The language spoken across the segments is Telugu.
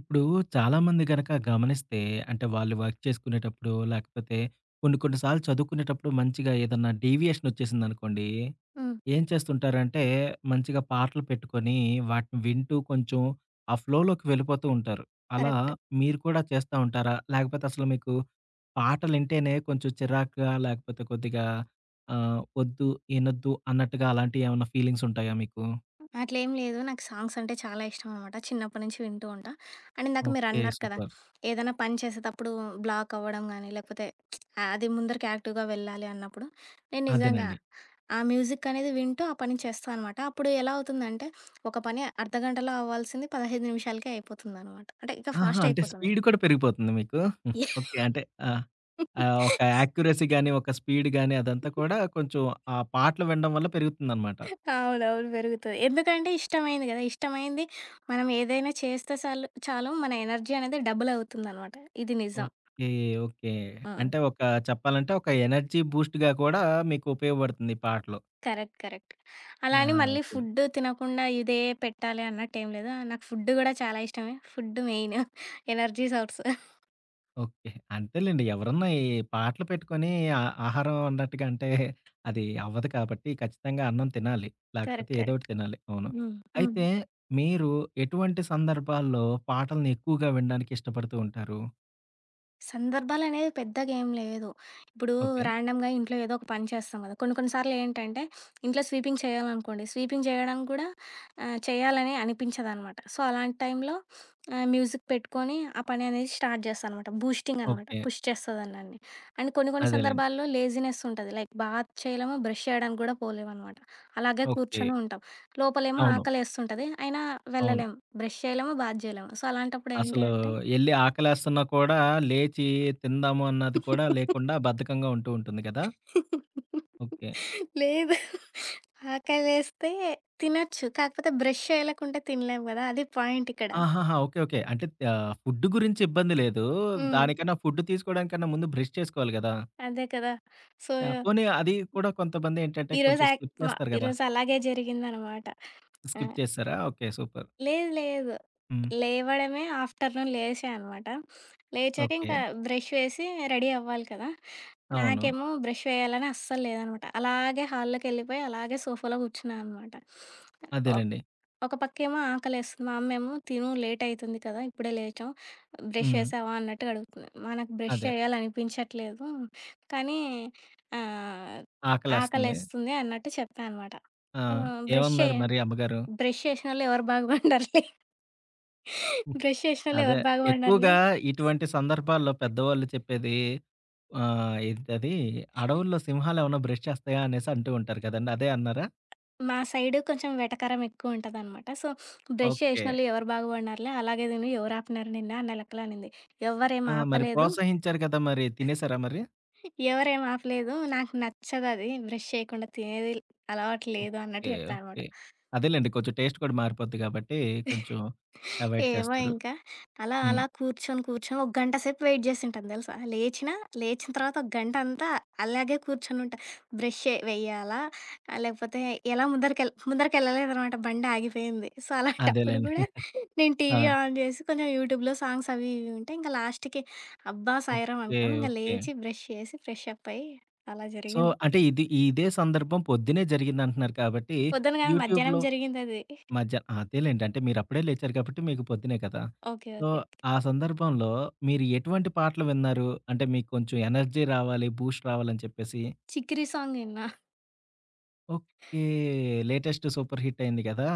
ఇప్పుడు చాలామంది గనక గమనిస్తే అంటే వాళ్ళు వర్క్ చేసుకునేటప్పుడు, లేకపోతే కొన్ని కొన్ని సార్లు చదువుకునేటప్పుడు మంచిగా ఏదన్నా డీవియేషన్ వచ్చేసిందనుకోండి, హ్మ్. ఏం చేస్తుంటారంటే మంచిగా పాటలు పెట్టుకొని వాటిని వింటూ కొంచెం ఆ ఫ్లోలోకి వెళ్ళిపోతూ ఉంటారు. అలా కరెక్ట్. మీరు కూడా చేస్తా ఉంటారా? లేకపోతే అసలు మీకు పాటలింటేనే కొంచెం చిరాకుగా లేకపోతే కొద్దిగా వద్దు, ఇనొద్దు అన్నట్టుగా అలాంటియేమన్నా ఫీలింగ్స్ ఉంటాయా మీకు? అట్లేం లేదు. నాకు సాంగ్స్ అంటే చాలా ఇష్టం అనమాట. చిన్నప్పటి నుంచి వింటూ ఉంటా. అండ్ ఇందాక ఓకే, మీరన్నారు కదా! సూపర్. ఏదైనా పని చేసేటప్పుడు బ్లాక్ అవ్వడం గానీ, లేకపోతే అది ముందరికి యాక్టివ్‌గా వెళ్ళాలి అన్నప్పుడు, నేను నిజంగా అదేనండి. ఆ మ్యూజిక్ అనేది వింటూ ఆ పని చేస్తా అనమాట. అప్పుడు ఎలా అవుతుందంటే, ఒక పని అర్ధగంటలో అవ్వాల్సింది 15 నిమిషాలకే అయిపోతుందనమాట. అంటే ఇక ఆహా! ఫాస్ట్ అంటే అయిపోతుంది. స్పీడ్ కూడా పెరిగిపోతుంది మీకు. హ్మ్. ఓకే, అంటే ఆ! ఒక యాక్యురసీ గాని, ఒక స్పీడ్ గాని అదంతా కూడా కొంచెం ఆ పాటలు వినడం వల్ల పెరుగుతుందనమాట. అవునవును. పెరుగుతది. ఎందుకంటే ఇష్టమైంది గదా! ఇష్టమైంది మనం ఏదైనా చేస్తే సాలు చాలు మన ఎనర్జీ అనేది డబుల్ అవుతుందనమాట. ఇది నిజం. ఓకే. ఓకే. ఆ! అంటే ఒక చెప్పాలంటే ఒక ఎనర్జీ బూస్ట్‌గా కూడా మీకు ఉపయోగపడుతుంది ఈ పాటలు. కరెక్ట్. కరెక్ట్. ఆ! అలా అని మళ్ళీ ఓకే. ఫుడ్డు తినకుండా ఇదే పెట్టాలి అన్నట్టేం లేదు. నాకు ఫుడ్ గూడా చాలా ఇష్టమే. Food main energy source. Okay. అంతేలెండి. ఎవరన్నా ఈ పాటలు పెట్టుకొని ఆ ఆహారం అన్నట్టుగా అంటే అది అవ్వదు కాబట్టి ఖచ్చితంగా అన్నం తినాలి. లేకపోతే కరెక్ట్. ఏదోకటి కరెక్ట్. తినాలి. అవును. హ్మ్. హ్మ్. అయితే మీరు ఎటువంటి సందర్భాల్లో పాటల్ని ఎక్కువగా వినడానికి ఇష్టపడుతూ ఉంటారు? సందర్భాలనేవి పెద్దగా ఏం లేదు. ఇప్పుడు ఓకే. ర్యాండమ్‌గా ఇంట్లో ఏదో ఒక పని చేస్తాం కదా! కొన్ని కొన్ని సార్లు ఏంటంటే ఇంట్లో స్వీపింగ్ చేయాలనుకోండి. స్వీపింగ్ చేయడానికి కూడా చేయాలని అనిపించదనమాట. సో, అలాంటి టైంలో మ్యూజిక్ పెట్టుకొని ఆ పని అనేది స్టార్ట్ చేస్తా అనమాట. బూస్టింగ్ అనమాట. ఓకే. పుష్ చేస్తది నన్ని. అండ్ కొన్ని కొన్ని అదేలెండి. సందర్భాల్లో లేజినెస్ ఉంటది. లైక్ బాత్ చేయలేము, బ్రష్ చేయడానికి కూడా పోలేమనమాట. అలాగే ఓకే. కూర్చొని ఉంటాం. లోపలేమో అవును. ఆకలేస్తుంటది. అయినా అవును. వెళ్ళలేము. బ్రష్ చేయలేము, బాత్ చేయలేము. సో, అలాంటప్పుడు ఏంటి అసలు అంటే ఎళ్లి ఆకలేస్తున్నా కూడా లేచి తిందాము అన్నది కూడా లేకుండా బద్ధకంగా ఉంటూ ఉంటుంది గదా! ఓకే. లేదు. ఆకలేస్తే తినొచ్చు. కాకపోతే బ్రష్ చేయలేకుంటే తినలేము గదా! అది పాయింటిక్కడ. ఆహాహా! ఓకే. ఓకే. అంటే ఫుడ్ గురించి ఇబ్బంది లేదు. హ్మ్. దానికన్నా ఫుడ్ తీసుకోవడానికన్నా ముందు బ్రష్ చేసుకోవాలి గదా! అదే కదా! So, yeah! పోనీ అది కూడా కొంతమందేంటంటే ఈరోజు కొంచెం యాక్ స్కిప్ మ చేస్తారు గదా! ఈరోజు అలాగే జరిగిందనమాట. ఆ! స్కిప్ చేసారా? Okay, super. లేదు లేదు. హ్మ్. లేవడమే ఆఫ్టర్‌నూన్ లేచా అనమాట. లేచాక ఓకే. ఇంకా బ్రష్ వేసి రెడీ అవ్వాలి కదా! అవును. నాకేమో బ్రష్ వేయాలని అస్సలు లేదనమాట. అలాగే హాల్లోకెళ్ళిపోయి అలాగే సోఫాలో కూర్చున్నా అనమాట. అదేలెండి. ఒక పక్కేమో ఆకలేస్తుంది. మా అమ్మేమో తిను లేట్ అయితుంది కదా! ఇప్పుడే లేచాం. బ్రష్ హ్మ్. చేశావా? అన్నట్టుగా అడుగుతుంది. మనకు బ్రష్ అదే. చేయాలనిపించట్లేదు. కానీ ఆహ్, ఆకలేస్తుంది. ఆకలేస్తుంది అన్నట్టు చెప్పా అనమాట. ఆ! ఆహ్, బ్రష్ చే ఏమన్నారు మరి అమ్మగారు? బ్రష్ చేసినోళ్ళు ఎవరు బాగుపడరులే. బ్రష్ చేసినోళ్ళు అదే. ఎవరు బాగుపడరులే. ఎక్కువగా ఇటువంటి సందర్భాల్లో పెద్దవాళ్ళు చెప్పేది ఏంటది అడవుల్లో సింహాలేమన్నా బ్రష్ చేస్తాయా అనేసి అంటూ ఉంటారు కదండీ! అదే అన్నారా? మా సైడు కొంచెం వెటకరం ఎక్కువుంటదనమాట. So, brush okay. చేసినోళ్ళు ఎవరు బాగుపడినారులే అలాగే తిను ఎవరు ఆపినారు నిన్ను అన్న లెక్కలో అనింది. ఎవ్వరేం ఆ! మరి ఆపలేదు. ప్రోత్సహించారు కదా! మరి తినేసారా మరి? ఎవరేం ఆపలేదు. నాకు నచ్చదది. బ్రష్ చేయకుండా తినేది అలవాటు లేదు అన్నట్టు ఓకే. చెప్పా అనమాట. ఓకే. అదేలెండి. కొంచెం టేస్ట్ కూడా మారిపోద్ది కాబట్టి కొంచెం అవాయిడ్ ఏమో చేస్తారు. ఇంకా అలా హ్మ్. అలా కూర్చొని, కూర్చొని ఒక గంట సేపు వెయిట్ జేసుంటాను దెలుసా? లేచినా, లేచిన లేచిన తర్వాత ఒక గంట అంతా అలాగే కూర్చొనుంటా. బ్రష్ ఎ వెయ్యాలా? లేకపోతే ఎలా ముందరికెళ్ళలేదనమాట. బండి ఆగిపోయింది. సో, అలాంటప్పుడు అదేలెండి. గూడా నేను ఆ! టీవీ ఆన్ జేసి కొంచెం యూట్యూబ్‌లో సాంగ్స్ అవి ఇవి ఉంటే ఇంకా లాస్ట్‌కి అబ్బా! సాయిరాం ఓకే. అనుకోని ఇంక ఓకే. లేచి బ్రష్ చేసి, ఫ్రెష్ అప్ అయ్యి అలా సో, జరిగింది. అంటే ఇది ఇదే సందర్భం పొద్దున్నే జరిగిందంటున్నారు కాబట్టి పొద్దున కాదు మధ్యాహ్నం యూట్యూబ్‌లో జరిగిందది. మధ్య అదేలెండి. అంటే మీరప్పుడే లేచారు కాబట్టి మీకు పొద్దునే కదా! ఓకే. ఓకే. So, okay. ఆ సందర్భంలో మీరు ఎటువంటి పాటలు విన్నారు? అంటే మీకు కొంచెం ఎనర్జీ రావాలి, బూస్ట్ రావాలని చెప్పేసి. 'చిక్కిరి' సాంగ్ విన్నా. ఓకే. లేటెస్ట్ సూపర్ హిట్ అయింది కదా!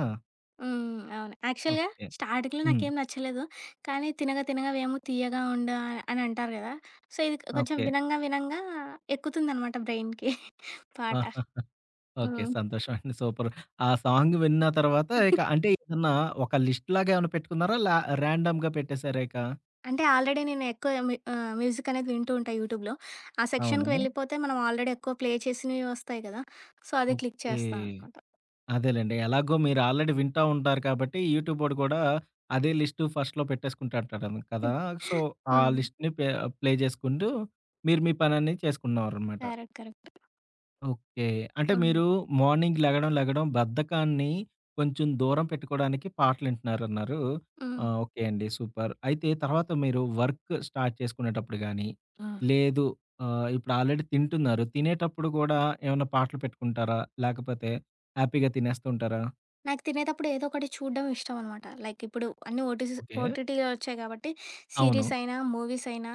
హ్మ్. అవును. యాక్చువల్‌గా ఓకే. స్టార్టింగ్‌లో హ్మ్. నాకేం నచ్చలేదు. కానీ తినగా తినగా వేము తీయగా ఉండు అని అంటారు కదా! సో, ఇది కొంచెం ఓకే. వినంగా వినంగా ఎక్కుతుందనమాట బ్రెయిన్‌కి పాట. ఆహా! ఓకే, హ్మ్. సంతోషం అండి. సూపర్. ఆ సాంగ్ విన్న తర్వాత హ్మ్. ఇక అంటే ఏదన్నా ఒక లిస్ట్ లాగా ఏమైనా పెట్టుకున్నారా? లా రాండమ్‌గా పెట్టేసారా ఇక? అంటే ఆల్రెడీ నేను ఎక్కువ మ్యూజిక్ అనేది వింటూ ఉంటా యూట్యూబ్‌లో. ఆ సెక్షన్‌కి అవును. వెళ్ళిపోతే మనం ఆల్రెడీ ఎక్కువ ప్లే చేసినవి వస్తాయి కదా! సో, అది క్లిక్ ఓకే. చేస్తా అనమాట. అదేలెండి. ఎలాగో మీరు ఆల్రెడీ వింటా ఉంటారు కాబట్టి యూట్యూబ్ ఓడు కూడా అదే లిస్ట్ ఫస్ట్‌లో పెట్టేసుకుంటాంటాడు కదా! సో, హ్మ్. ఆ లిస్ట్‌ని ప్లే చేసుకుంటూ మీరు మీ పననేది చేసుకున్నారనమాట. కరెక్ట్. కరెక్ట్. ఓకే. అంటే హ్మ్. మీరు మార్నింగ్ లెగడం బద్ధకాన్ని కొంచెం దూరం పెట్టుకోవడానికి పాటలింటున్నారన్నారు. ఆ! హ్మ్. ఓకే అండి, సూపర్. అయితే తర్వాత మీరు వర్క్ స్టార్ట్ చేసుకునేటప్పుడు గాని, ఆ! లేదు ఇప్పుడు ఆల్రెడీ తింటున్నారు. తినేటప్పుడు కూడా ఏమన్నా పాటలు పెట్టుకుంటారా? లేకపోతే హ్యాపీగా తినేస్తూ ఉంటారా? నాకు తినేటప్పుడు ఏదో ఒకటి చూడడం ఇష్టం అనమాట. లైక్ ఇప్పుడు అన్నీ ఓకే. ఓటీటీలో వచ్చాయి కాబట్టి అవును. సీరీస్ అయినా, మూవీస్ అయినా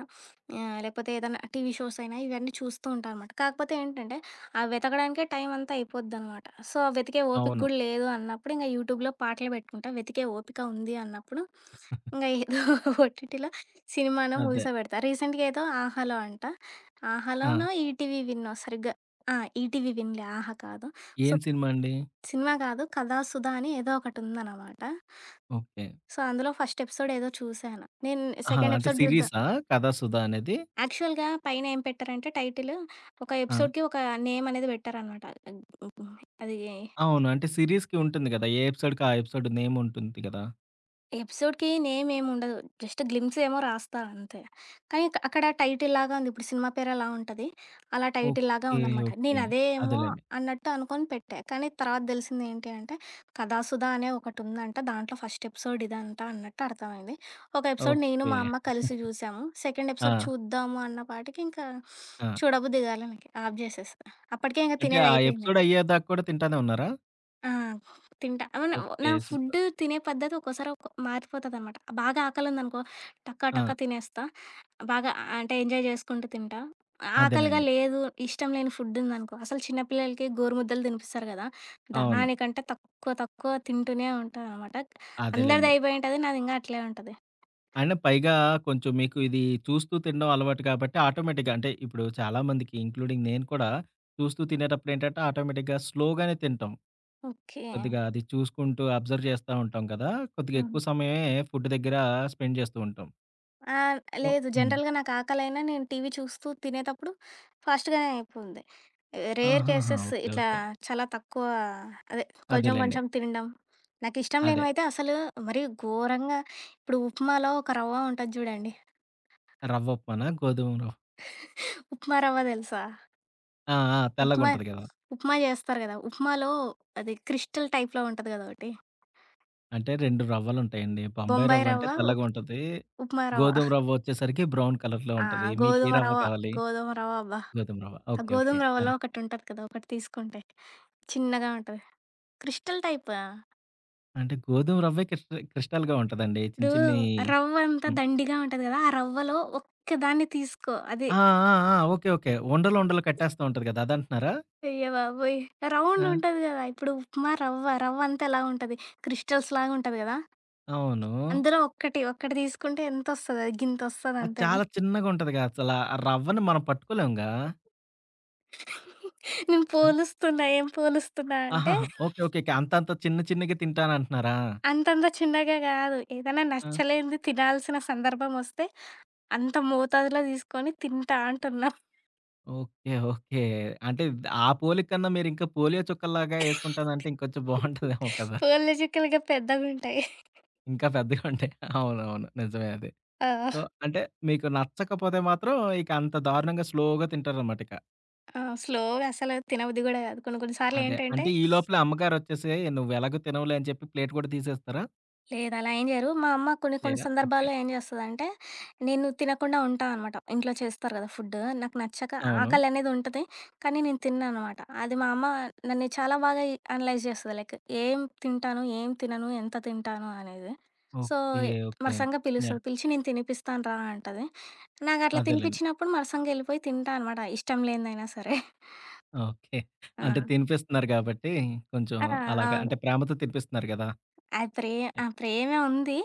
లేకపోతే ఏదైనా టీవీ షోస్ అయినా ఇవన్నీ చూస్తూ ఉంటా అనమాట. కాకపోతే ఏంటంటే అవి వెతకడానికే టైం అంతా అయిపోద్దనమాట. సో, ఆ వెతికే ఓపిక అవును. గూడా లేదు అన్నప్పుడు ఇంక యూట్యూబ్‌లో పాటలు పెట్టుకుంటా. వెతికే ఓపిక ఉంది అన్నప్పుడు ఇంగ ఏదో ఓటీటీలో సినిమానో, అదే. మూవీసో పెడతా. రీసెంట్‌గా ఏదో 'ఆహాలో' అంట. ఆ! 'ఆహాలోనో' ఈటీవీ విన్నో సరిగ్గా ఆ! ఈటీవీ విన్‌లే ఆహా కాదు. సో ఏం సినిమా అండి? సినిమా కాదు. 'కథాసుధ' అని ఏదో ఒకటుందనమాట. ఓకే. సో, అందులో ఫస్ట్ ఎపిసోడ్ ఏదో చూశాను. నేను ఆహా! సెకండ్ అంటే ఎపిసోడ్ చూద్దాం సిరీసా? 'కథా సుధా' అనేది? యాక్చువల్‌గా పైన ఏం పెట్టారంటే టైటిల్ ఒక ఆ! ఎపిసోడ్‌కి ఒక నేమ్ అనేది పెట్టారనమాట. అది అవును. అంటే సీరీస్‌కి ఉంటుంది గదా! ఏ ఎపిసోడ్‌కి ఆ ఎపిసోడ్ నేమ్ ఉంటుంది గదా! ఎపిసోడ్‌కి నేమ్ ఏముండదు. జస్ట్ గ్లిమ్స్ ఏమో రాస్తా అంతే. కానీ అక్కడ టైటిల్ లాగా ఉంది. ఇప్పుడు సినిమా పేరు ఎలా ఉంటది? అలా టైటిల్ లాగా ఓకే. ఉందనమాట. ఓకే. నేను అదే ఏమో అదేలెండి. అన్నట్టు అనుకోని పెట్టా. కానీ తర్వాత తెలిసింది ఏంటి అంటే, 'కథాసుధా' అనే ఒకటుందంట. దాంట్లో ఫస్ట్ ఎపిసోడ్ ఇదంట అన్నట్టు అర్థమైంది. ఒక ఎపిసోడ్ నేను, ఓకే. మా అమ్మ కలిసి చూసాము. సెకండ్ ఎపిసోడ్ ఆ! చూద్దాము అన్న పాటికి ఇంకా ఆ! చూడబుద్ది కాలే నాకు. ఆఫ్ జేసేసా. అప్పటికే ఇంక అంటే ఆ తినేదయిపోయింది. ఎపిసోడ్ అయ్యేదాకా కూడా తింటానే ఉన్నారా? ఆ! తింటా. అవును. ఓకే, నా ఫుడ్ సూపర్. తినే పద్ధతి ఒక్కోసారి మారిపోతదనమాట. బాగా ఆకలుందనుకో టక ఆ! టక తినేస్తా. బాగా అంటే ఎంజాయ్ చేసుకుంటూ తింటా. ఆకలిగా అదేనండి. లేదు, ఇష్టం లేని ఫుడ్ ఉందనుకో అసలు చిన్న పిల్లలకి గోరుముద్దలు తినిపిస్తారు కదా! అవును. దానికంటే తక్కువ తక్కువ తింటూనే ఉంటాననమాట. అందరిది అదేలెండి. అయిపోయి ఉంటది. నాది ఇంగా అట్లే ఉంటది. అయినా పైగా కొంచెం మీకు ఇది చూస్తూ తినడం అలవాటు కాబట్టి ఆటోమేటిక్‌గా అంటే ఇప్పుడు చాలా మందికి ఇంక్లూడింగ్ నేను కూడా చూస్తూ తినేటప్పుడు ఏంటంటే ఆటోమేటిక్‌గా స్లోగానే తింటాం. ఓకే. కొద్దిగా అది చూసుకుంటూ అబ్జర్వ్ చేస్తా ఉంటాం కదా! కొద్దిగా హ్మ్. ఎక్కువ సమయమే ఫుడ్ దగ్గర స్పెండ్ చేస్తూ ఉంటాం. ఆ! సో లేదు. హ్మ్. జనరల్‌గా నాకు ఆకలైనా నేను టీవీ చూస్తూ తినేతప్పుడు ఫాస్ట్‌గానే అయిపోయింది. రేర్ ఆహాహా! Cases okay. ఇట్లా ఓకే. చాలా తక్కువ అదే కొంచెం అదేలెండి. కొంచెం తినడం. నాకిష్టం అదే. లేనివైతే అసలు మరీ ఘోరంగా ఇప్పుడు ఉప్మాలో ఒక రవ్వ ఉంటది చూడండి. రవ్వ ఉప్మానా? గోధుమ రవ్వ. ఉప్మా రవ్వ తెలుసా? ఆ! ఆ! ఉప్మా తెల్లగుంటది గదా! ఉప్మా చేస్తారు కదా! ఉప్మాలో అది క్రిస్టల్ టైప్‌లో ఉంటది కదా! ఒకటి. అంటే 2 రవ్వలుంటాయండి. బొంబాయి బొంబాయి రవ్వ అంటే రవ్వ, ఉప్ తెల్లగుంటది. ఉప్మా రవ్వ. గోధుమ రవ్వ వచ్చేసరికి బ్రౌన్ కలర్‌లో ఆ! ఉంటది. మీకే గోధుమ రవ్వ రవ్వ, కావాలి? గోధుమ రవ్వ అబ్బా! గోధుమ రవ్వ. ఆ ఓకే. ఓకే. గోధుమ ఆ! రవ్వలో ఒకటుంటది కదా! ఒకటి తీసుకుంటే చిన్నగా ఉంటది. క్రిస్టల్ టైపా? అంటే గోధుమ రవ్వే క్రిస్టల్‌గా ఉంటదండి. చిన్ని ఇప్పుడు చిన్ని రవ్వ అంతా హ్మ్. దండిగా ఉంటది గదా! ఆ రవ్వలో ఒక్కదాన్ని తీసుకో అది ఆ! ఆ! ఆ! ఓకే. ఓకే. ఉండలు ఉండలు కట్టేస్తా ఉంటది గదా! అదంటున్నారా? అయ్య బాబోయ్! రౌండ్ ఆ! ఉంటది గదా! ఇప్పుడు ఉప్మా రవ్వ, రవ్వ అంతా ఎలా ఉంటది? క్రిస్టల్స్ లాగా ఉంటది గదా! అవును. అందులో ఒక్కటి, ఒక్కటి తీసుకుంటే ఎంతొస్తది? అది గింతొస్తది అది అంతేనా? చాలా చిన్నగుంటదిగా అసల. ఆ రవ్వని మనం పట్టుకోలేముగా. నేను పోలుస్తున్నా. ఏం పోలుస్తున్నా అంటే ఆహాహా! ఓకే. ఓకే. ఓకే. అంతంత చిన్న చిన్నగా తింటానంటున్నారా? అంతంత చిన్నగా గాదు. ఏదైనా ఆ! నచ్చలేనిది తినాల్సిన సందర్భం వస్తే అంత మోతాదులో తీసుకొని తింటా అంటున్నా. ఓకే. ఓకే. అంటే ఆ పోలిక కన్నా మీరింకా పోలియో చుక్కల్లాగా యేసుకుంటానంటే ఇంకొంచెం బావుంటదేమో కదా! పోళ్ళు చుక్కలుగా పెద్దగుంటాయి. ఇంకా పెద్దగా ఉంటాయి. అవునవును, నిజమే అది. సో, ఆ! అంటే మీకు నచ్చకపోతే మాత్రం ఇక అంత దారుణంగా స్లోగా తింటారనమాట ఇక. ఆ! స్లోగా అసలు తినబుద్ధి గూడా గాదు. కొన్ని కొన్ని సార్లు అదే. ఏంటంటే, అంటే ఈ లోపల అమ్మగారొచ్చేసి "నువ్వెలాగో తినవులే" అని చెప్పి ప్లేట్ కూడా తీసేస్తారా? లేదు అలా ఏం జేయరు. మా అమ్మ కొన్ని కొన్ని చేయరా? ఓకే. సందర్భాల్లో ఏం జేస్తదంటే, నేను తినకుండా ఉంటా అనమాట. ఇంట్లో చేస్తారు గదా ఫుడ్డు. నాకు నచ్చక హ్మ్. అవును. ఆకలనేది ఉంటది, కానీ నేను తినననమాట. అది మా అమ్మ నన్ను చాలా బాగా అనలైజ్ జేస్తది. లైక్ ఏం తింటాను, ఏం తినను, ఎంత తింటాను అనేది. So, okay. ఓకే. మరసంగా పిలుస్తది. యాహ్! పిలిచి నేను తినిపిస్తాను రా అంటది. నాకు అట్లా అదేలెండి. తినిపిచ్చినప్పుడు మరసంగా ఎళ్ళిపోయి తింటా అనమాట. ఇష్టం లేనిదైనా సరే. ఓకే. అంటే ఆ! తినిపిస్తున్నారు గాబట్టి, కొంచెం ఆ! అలాగా అవును. అంటే ప్రేమతో తినిపిస్తున్నారు గదా! ఆ ప్రే ఆ! ప్రేమే ఉంది.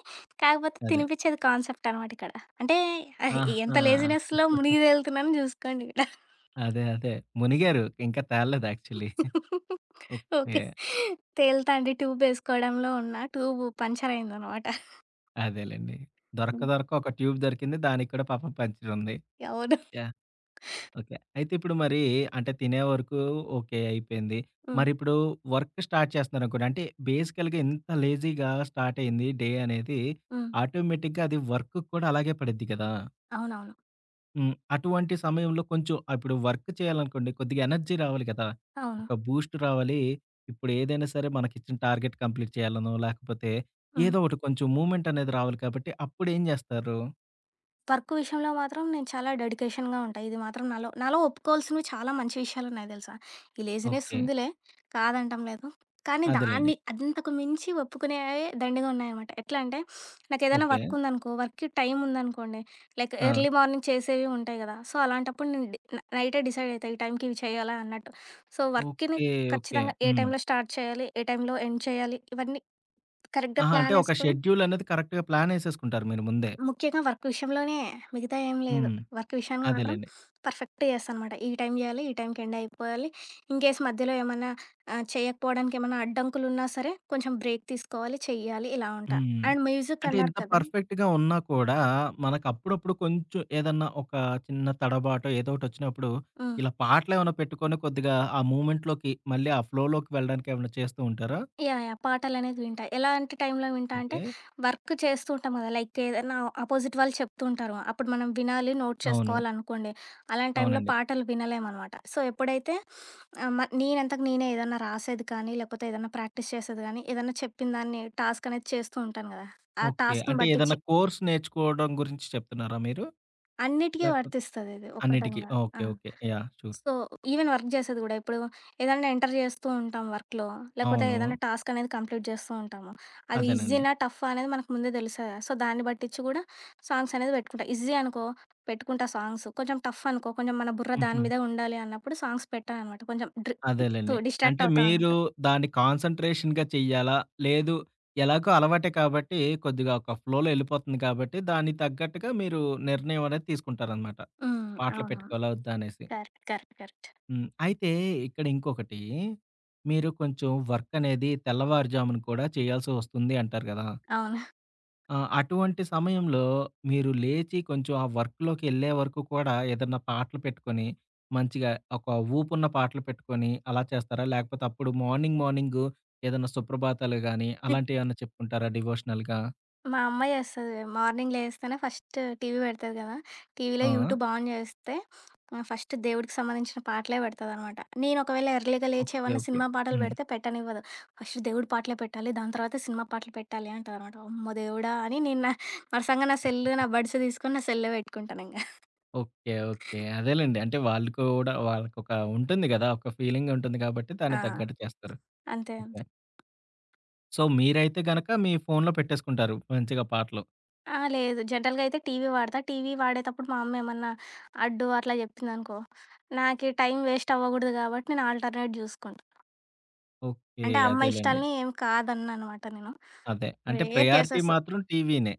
కాకపోతే అదే. తినిపిచ్చేది కాన్సెప్ట్ అనమాట ఇక్కడ. అంటే ఆహ్, ఎంత ఆహా! లేజినెస్‌లో మునిగి తేలుతున్నానో జూసుకోండి ఇక్కడ. అదే. అదే. మునిగారు, ఇంకా తేలలేదు యాక్చువల్లీ. ఓకే. ఓకే. తేలుతా అండి ట్యూబేసుకోవడంలో ఉన్నా. ట్యూబు పంక్చర్ అయిందనమాట. అదేలెండి. దొరక్క హ్మ్. దొరక్క ఒక ట్యూబ్ దొరికింది. దానికి కూడా పాపం పంచరుంది. అవును. యాహ్! ఓకే. అయితే ఇప్పుడు మరి అంటే తినే వరకు ఓకే అయిపోయింది. హ్మ్. మరిప్పుడు వర్క్ స్టార్ట్ చేస్తున్నారనుకోండి. అంటే బేసికల్‌గా ఇంత లేజీగా స్టార్ట్ అయింది డే అనేది హ్మ్. ఆటోమేటిక్‌గా అది వర్క్‌కి కూడా అలాగే పడిద్ది కదా! అవునవును. హ్మ్. అటువంటి సమయంలో కొంచెం ఇప్పుడు వర్క్ చేయాలనుకోండి కొద్దిగా ఎనర్జీ రావాలి కదా! అవును. ఒక బూస్ట్ రావాలి. ఇప్పుడు ఏదైనా సరే మనకిచ్చిన టార్గెట్ కంప్లీట్ చేయాలనో, లేకపోతే హ్మ్. ఏదో ఒకటి కొంచెం మూవ్‌మెంట్ అనేది రావాలి కాబట్టి అప్పుడేం జేస్తారు? వర్క్ విషయంలో మాత్రం నేను చాలా డెడికేషన్‌గా ఉంటా. ఇది మాత్రం నాలో నాలో ఒప్పుకోవాల్సినవి చాలా మంచి విషయాలున్నాయి తెలుసా! ఈ లేజినెస్ ఓకే. ఉందిలే కాదంటం లేదు. కానీ అదేలెండి. దాన్ని అంతకు మించి ఒప్పుకునేవి దండిగా ఉన్నాయనమాట. ఎట్లా అంటే నాకేదైనా ఓకే. వర్క్ ఉందనుకో, వర్క్‌కి టైమ్ ఉందనుకోండి, లైక్ ఆ! ఎర్లీ మార్నింగ్ చేసేవి ఉంటాయి గదా! సో, అలాంటప్పుడు నేను డి న నైటే డిసైడ్ అయితా. ఈ టైంకి ఇవి చేయాలా అన్నట్టు. సో, వర్క్‌ని ఓకే. ఓకే. ఖచ్చితంగా ఏ హ్మ్. టైంలో స్టార్ట్ చేయాలి, ఏ టైంలో ఎండ్ చేయాలి, ఇవన్నీ కరెక్ట్‌గా ఆహా! అంటే ఒక ప్లానేసుకొని షెడ్యూల్ అనేది కరెక్ట్‌గా ప్లానేసేసుకుంటారు మీరు ముందే. ముఖ్యంగా వర్క్ విషయంలోనే. మిగతా ఏం లేదు. హ్మ్. వర్క్ విషయానికి మాత్రం అదేలెండి. పర్ఫెక్ట్‌గా చేస్తాననమాట. ఈ టైం చేయాలి. ఈ టైంకి ఎండ్ అయిపోవాలి. ఇన్‌కేస్ మధ్యలో ఏమన్నా చేయకపోవడానికి ఏమన్నా అడ్డంకులున్నా సరే కొంచెం బ్రేక్ తీసుకోవాలి, చెయ్యాలి ఇలా ఉంటా. హ్మ్. అండ్ మ్యూజిక్ అంటే అన్నారు ఇంత కదా! పర్ఫెక్ట్‌గా ఉన్నా కూడా, మనకప్పుడప్పుడు కొంచెం ఏదన్నా ఒక చిన్న తడబాటో ఏదోకటొచ్చినప్పుడు, హ్మ్. ఇలా పాటలేమన్నా పెట్టుకొని కొద్దిగా ఆ మూవ్‌మెంట్‌లోకి మళ్ళీ ఆ ఫ్లోలోకి వెళ్ళడానికేమన్నా చేస్తూ ఉంటారా? యాహ్! యాహ్! పాటలనేవి వింటా. ఎలాంటి టైంలో వింటా అంటే, ఓకే. వర్క్ చేస్తూ ఉంటాం గదా! లైక్ ఏదన్నా అపోజిట్ వాళ్ళు చెప్తూ ఉంటారు. అప్పుడు మనం వినాలి, నోట్ అవును. చేసుకోవాలనుకోండి. అలాంటి టైంలో అవునండి. పాటలు వినలేమనమాట. సో, ఎప్పుడైతే ఆహ్, మ నేనంతకు నేనే ఏదన్నా రాసేది కానీ, లేకపోతే ఏదన్నా ప్రాక్టీస్ చేసేది గానీ, ఏదన్నా చెప్పిన దాన్ని టాస్క్ అనేది చేస్తూ ఉంటాను గదా! ఆ ఓకే. టాస్క్‌ని అంటే ఏదన్నా బట్టిచ్చి కోర్స్ నేర్చుకోవడం గురించి చెప్తున్నారా మీరు? అన్నిటికీ లేకపోతే వర్తిస్తదిది అన్నిటికి. ఒకటనిగా. ఆ! Okay. Okay. Yeah! Sure. So, even work జేసేది గూడా. ఇప్పుడు ఏదన్నా ఎంటర్ జేస్తూ ఉంటాం వర్క్‌లో, లేకపోతే అవును. ఏదైనా టాస్క్ అనేది కంప్లీట్ జేస్తూ ఉంటాము. అది అదేనండి. ఈజీనా, టఫా అనేది మనకు ముందే తెలుస్తది గదా! సో, దాన్ని బట్టిచ్చి గూడా సాంగ్స్ అనేది పెట్టుకుంటా. ఈజీ అనుకో పెట్టుకుంటా సాంగ్స్, కొంచెం టఫ్ అనుకో, కొంచెం మన బుర్ర హుహు. దాని మీదే ఉండాలి అన్నప్పుడు సాంగ్స్ పెట్టననమాట. కొంచెం డ్రి తో అదేలెండి. డిస్ట్రాక్ట్ అంటే అవుతా మీరు అన్నట్టు. దాన్ని కాన్సంట్రేషన్‌గా చెయ్యాలా? లేదు ఎలాగో అలవాటే కాబట్టి కొద్దిగా ఒక ఫ్లోలో ఎళ్ళిపోతుంది కాబట్టి దానికి తగ్గట్టుగా మీరు నిర్ణయం అనేది తీసుకుంటారనమాట. హ్మ్. పాటలు అవునవును. పెట్టుకోవాలా? వద్దా? అనేసి. కరెక్ట్. కరెక్ట్. కరెక్ట్. హ్మ్. అయితే ఇక్కడ ఇంకొకటి మీరు కొంచెం వర్క్ అనేది తెల్లవారుజామున కూడా చేయాల్సి వస్తుంది అంటారు గదా! అవును. ఆ! అటువంటి సమయంలో మీరు లేచి కొంచెం ఆ వర్క్‌లోకెళ్ళే వరకు కూడా ఏదన్నా పాటలు పెట్టుకొని, మంచిగా ఒక ఊపున్న పాటలు పెట్టుకొని అలా చేస్తారా? లేకపోతే అప్పుడు మార్నింగు ఏదన్నా సుప్రభాతాలు గాని, అలాంటియేమన్నా చెప్పుకుంటారా డివోషనల్‌గా? మా అమ్మ చేస్తది. మార్నింగ్ లేస్తేనే ఫస్ట్ టీవీ పెడతది కదా! టీవీలో ఆ! యూట్యూబ్ ఆన్ చేస్తే ఫస్ట్ దేవుడికి సంబంధించిన పాటలే పెడతదనమాట. నేను ఒకవేళ ఎర్లీగా లేచి ఓకే. ఏమన్నా ఓకే. సినిమా పాటలు హ్మ్. పెడితే పెట్టనివ్వదు. ఫస్ట్ దేవుడి పాటలే పెట్టాలి. దాని తర్వాత సినిమా పాటలు పెట్టాలి అంటదనమాట. అమ్మో దేవుడా! అని నేను నా వరుసంగా నా సెల్, నా బడ్స్ తీసుకొని నా సెల్లే పెట్టుకుంటానింక. ఓకే. ఓకే. అదేలెండి. అంటే వాళ్ళు కూడా వాళ్ళకొక ఉంటుంది గదా! ఒక ఫీలింగుంటుంది కాబట్టి ఆ! దానికి తగ్గట్టు చేస్తారు. అంతే ఓకే. అంతే. సో, మీరైతే గనక మీ ఫోన్‌లో పెట్టేసుకుంటారు మంచిగా పాటలు. ఆ! లేదు. జనరల్‌గా అయితే టీవీ వాడతా. టీవీ వాడేటప్పుడు మా అమ్మ ఏమన్నా అడ్డు అట్లా చెప్పిందనుకో, నాకి టైం వేస్ట్ అవ్వకూడదు కాబట్టి నేను ఆల్టర్‌నేట్ చూసుకుంటా. ఓకే. అంటే అమ్మ అదేలెండి. ఇష్టాలని ఏమి కాదన్నానమాట నేను. అదే. అంటే రేర్ ప్రయారిటీ కేసెస్. మాత్రం టీవీనే.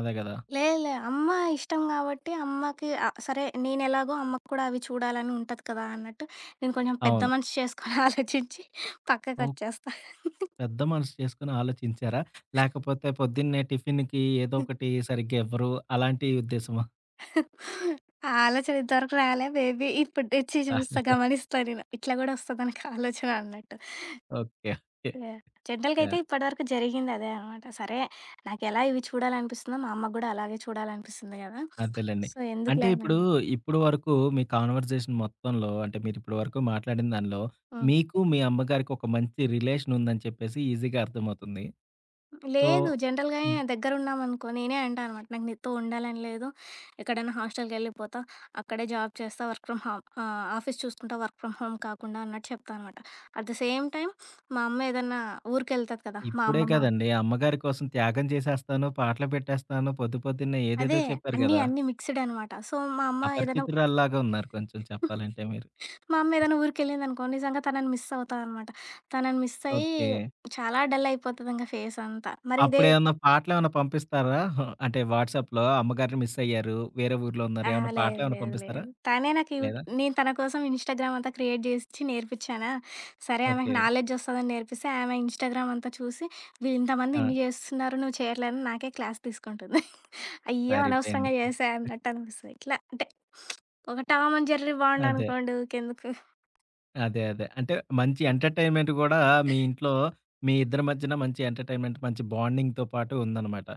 అదే గదా! లే లే అమ్మ ఇష్టం గాబట్టి అమ్మకి సరే నేనెలాగో అమ్మకు కూడా అవి చూడాలని ఉంటది కదా! అన్నట్టు నేను కొంచెం పెద్ద అవును. మనిషి చేసుకొని ఆలోచించి ఓహ్! పక్కకొచ్చేస్తా. పెద్ద మనసు చేసుకొని ఆలోచించారా? లేకపోతే పొద్దున్నే టిఫిన్‌కి ఏదో ఒకటి సరిగ్గా ఇవ్వరు. అలాంటి ఉద్దేశమా? ఆ ఆలోచన ఇంతవరకు రాలే. మేబీ ఇప్పుడు నుంచి చూస్తా రాలేదా? గమనిస్తా నేను. ఇట్లా గూడా వస్తదనక ఆలోచన అన్నట్టు. ఓకే. ఓకే. యాహ్! జనరల్‌గా అయితే యాహ్! ఇప్పటివరకు జరిగిందదే అనమాట. సరే నాకెలా ఇవి చూడాలనిపిస్తుందో, మా అమ్మకు గూడా అలాగే చూడాలనిపిస్తుంది గదా! అదేలెండి. సో, అంటే ఎందుకులే అని ఇప్పుడు వరకు మీ కాన్వర్జేషన్ మొత్తంలో అంటే మీరిప్పటి వరకు మాట్లాడిన దానిలో హ్మ్. మీకు, మీ అమ్మగారికి ఒక మంచి రిలేషన్ ఉందని చెప్పేసి ఈజీగా అర్థమవుతుంది. సో లేదు జనరల్‌గానే హ్మ్. దగ్గరున్నామనుకో నేనే అంటా అనమాట. నాకు నీతో ఉండాలని లేదు. ఎక్కడైనా హాస్టల్‌కెళ్ళిపోతా. అక్కడే జాబ్ చేస్తా. వర్క్ ఫ్రమ్ హోమ్ ఆఫీస్ చూసుకుంటా వర్క్ ఫ్రమ్ హోమ్ కాకుండా అన్నట్టు చెప్తా అనమాట. అట్ ద సేమ్ టైమ్ మా అమ్మ ఏదన్నా ఊరికెళ్తది కదా! మా ఇప్పుడే అమ్మమ్మ కదండీ! అమ్మగారి కోసం త్యాగం చేసేస్తాను, పాటలు పెట్టేస్తాను, పొద్దు పొద్దున్నే అదే ఏదేదో చెప్పారు అన్నీ గదా! అన్నీ మిక్స్‌డ్ అనమాట. సో, అపరిచితురాల్లాగా ఉన్నారు కొంచెం చెప్పాలంటే మీరు. మా అమ్మ ఏదైనా ఊరికెళ్ళిందనుకో, నిజంగా తనని మిస్ అవుతా అనమాట. తనని మిస్ అయ్యి ఓకే. చాలా డల్ అయిపోతది ఇంక ఫేస్ అంతా. మరి ఇదే అప్పుడేమన్నా పాటలేమన్నా పంపిస్తారా? అంటే వాట్సాప్‌లో అమ్మగారిని మిస్ అయ్యారు, వేరే ఊర్లో ఉన్నారు. అహా! ఏమన్నా లేదు, పాటలేమన్నా లేదు, పంపిస్తారా? లేదు. తనే నాకు యూ లేదా? నేను తన కోసం ఇన్‌స్టాగ్రామ్ అంతా క్రియేట్ జేసిచ్చి నేర్పిచ్చానా, సరే ఆమెకి ఓకే. నాలెడ్జ్ ఒస్తదని నేర్పిస్తే, ఆమె ఇన్‌స్టాగ్రామ్ అంతా చూసి, వీళ్ళింతమంది ఆ! ఇన్ని జేస్తున్నారు, నువ్వు చేయట్లేదని నాకే క్లాస్ తీసుకుంటుంది. అయ్యో! సరిపోయింది. అనవసరంగా జేశా అన్నట్టు అనిపిస్తది. ఇట్లా అంటే ఒక టామ్ అండ్ జెర్రీ బాండ్ అదే. అనుకోండి ఊకెందుకు. అదే. అదే. అంటే మంచి ఎంటర్‌టైన్‌మెంట్ గూడా మీ ఇంట్లో మీ ఇద్దరి మధ్యన మంచి ఎంటర్‌టైన్‌మెంట్, మంచి బాండింగ్‌తో పాటు ఉందనమాట.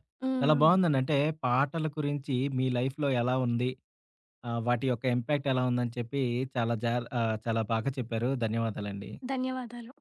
చాలా హ్మ్. బావుందండి. అంటే పాటల గురించి మీ లైఫ్‌లో ఎలా ఉంది? వాటి యొక్క ఇంపాక్ట్ ఎలా ఉందని చెప్పి చాలా జా చాలా బాగా చెప్పారు. ధన్యవాదాలండి. ధన్యవాదాలు.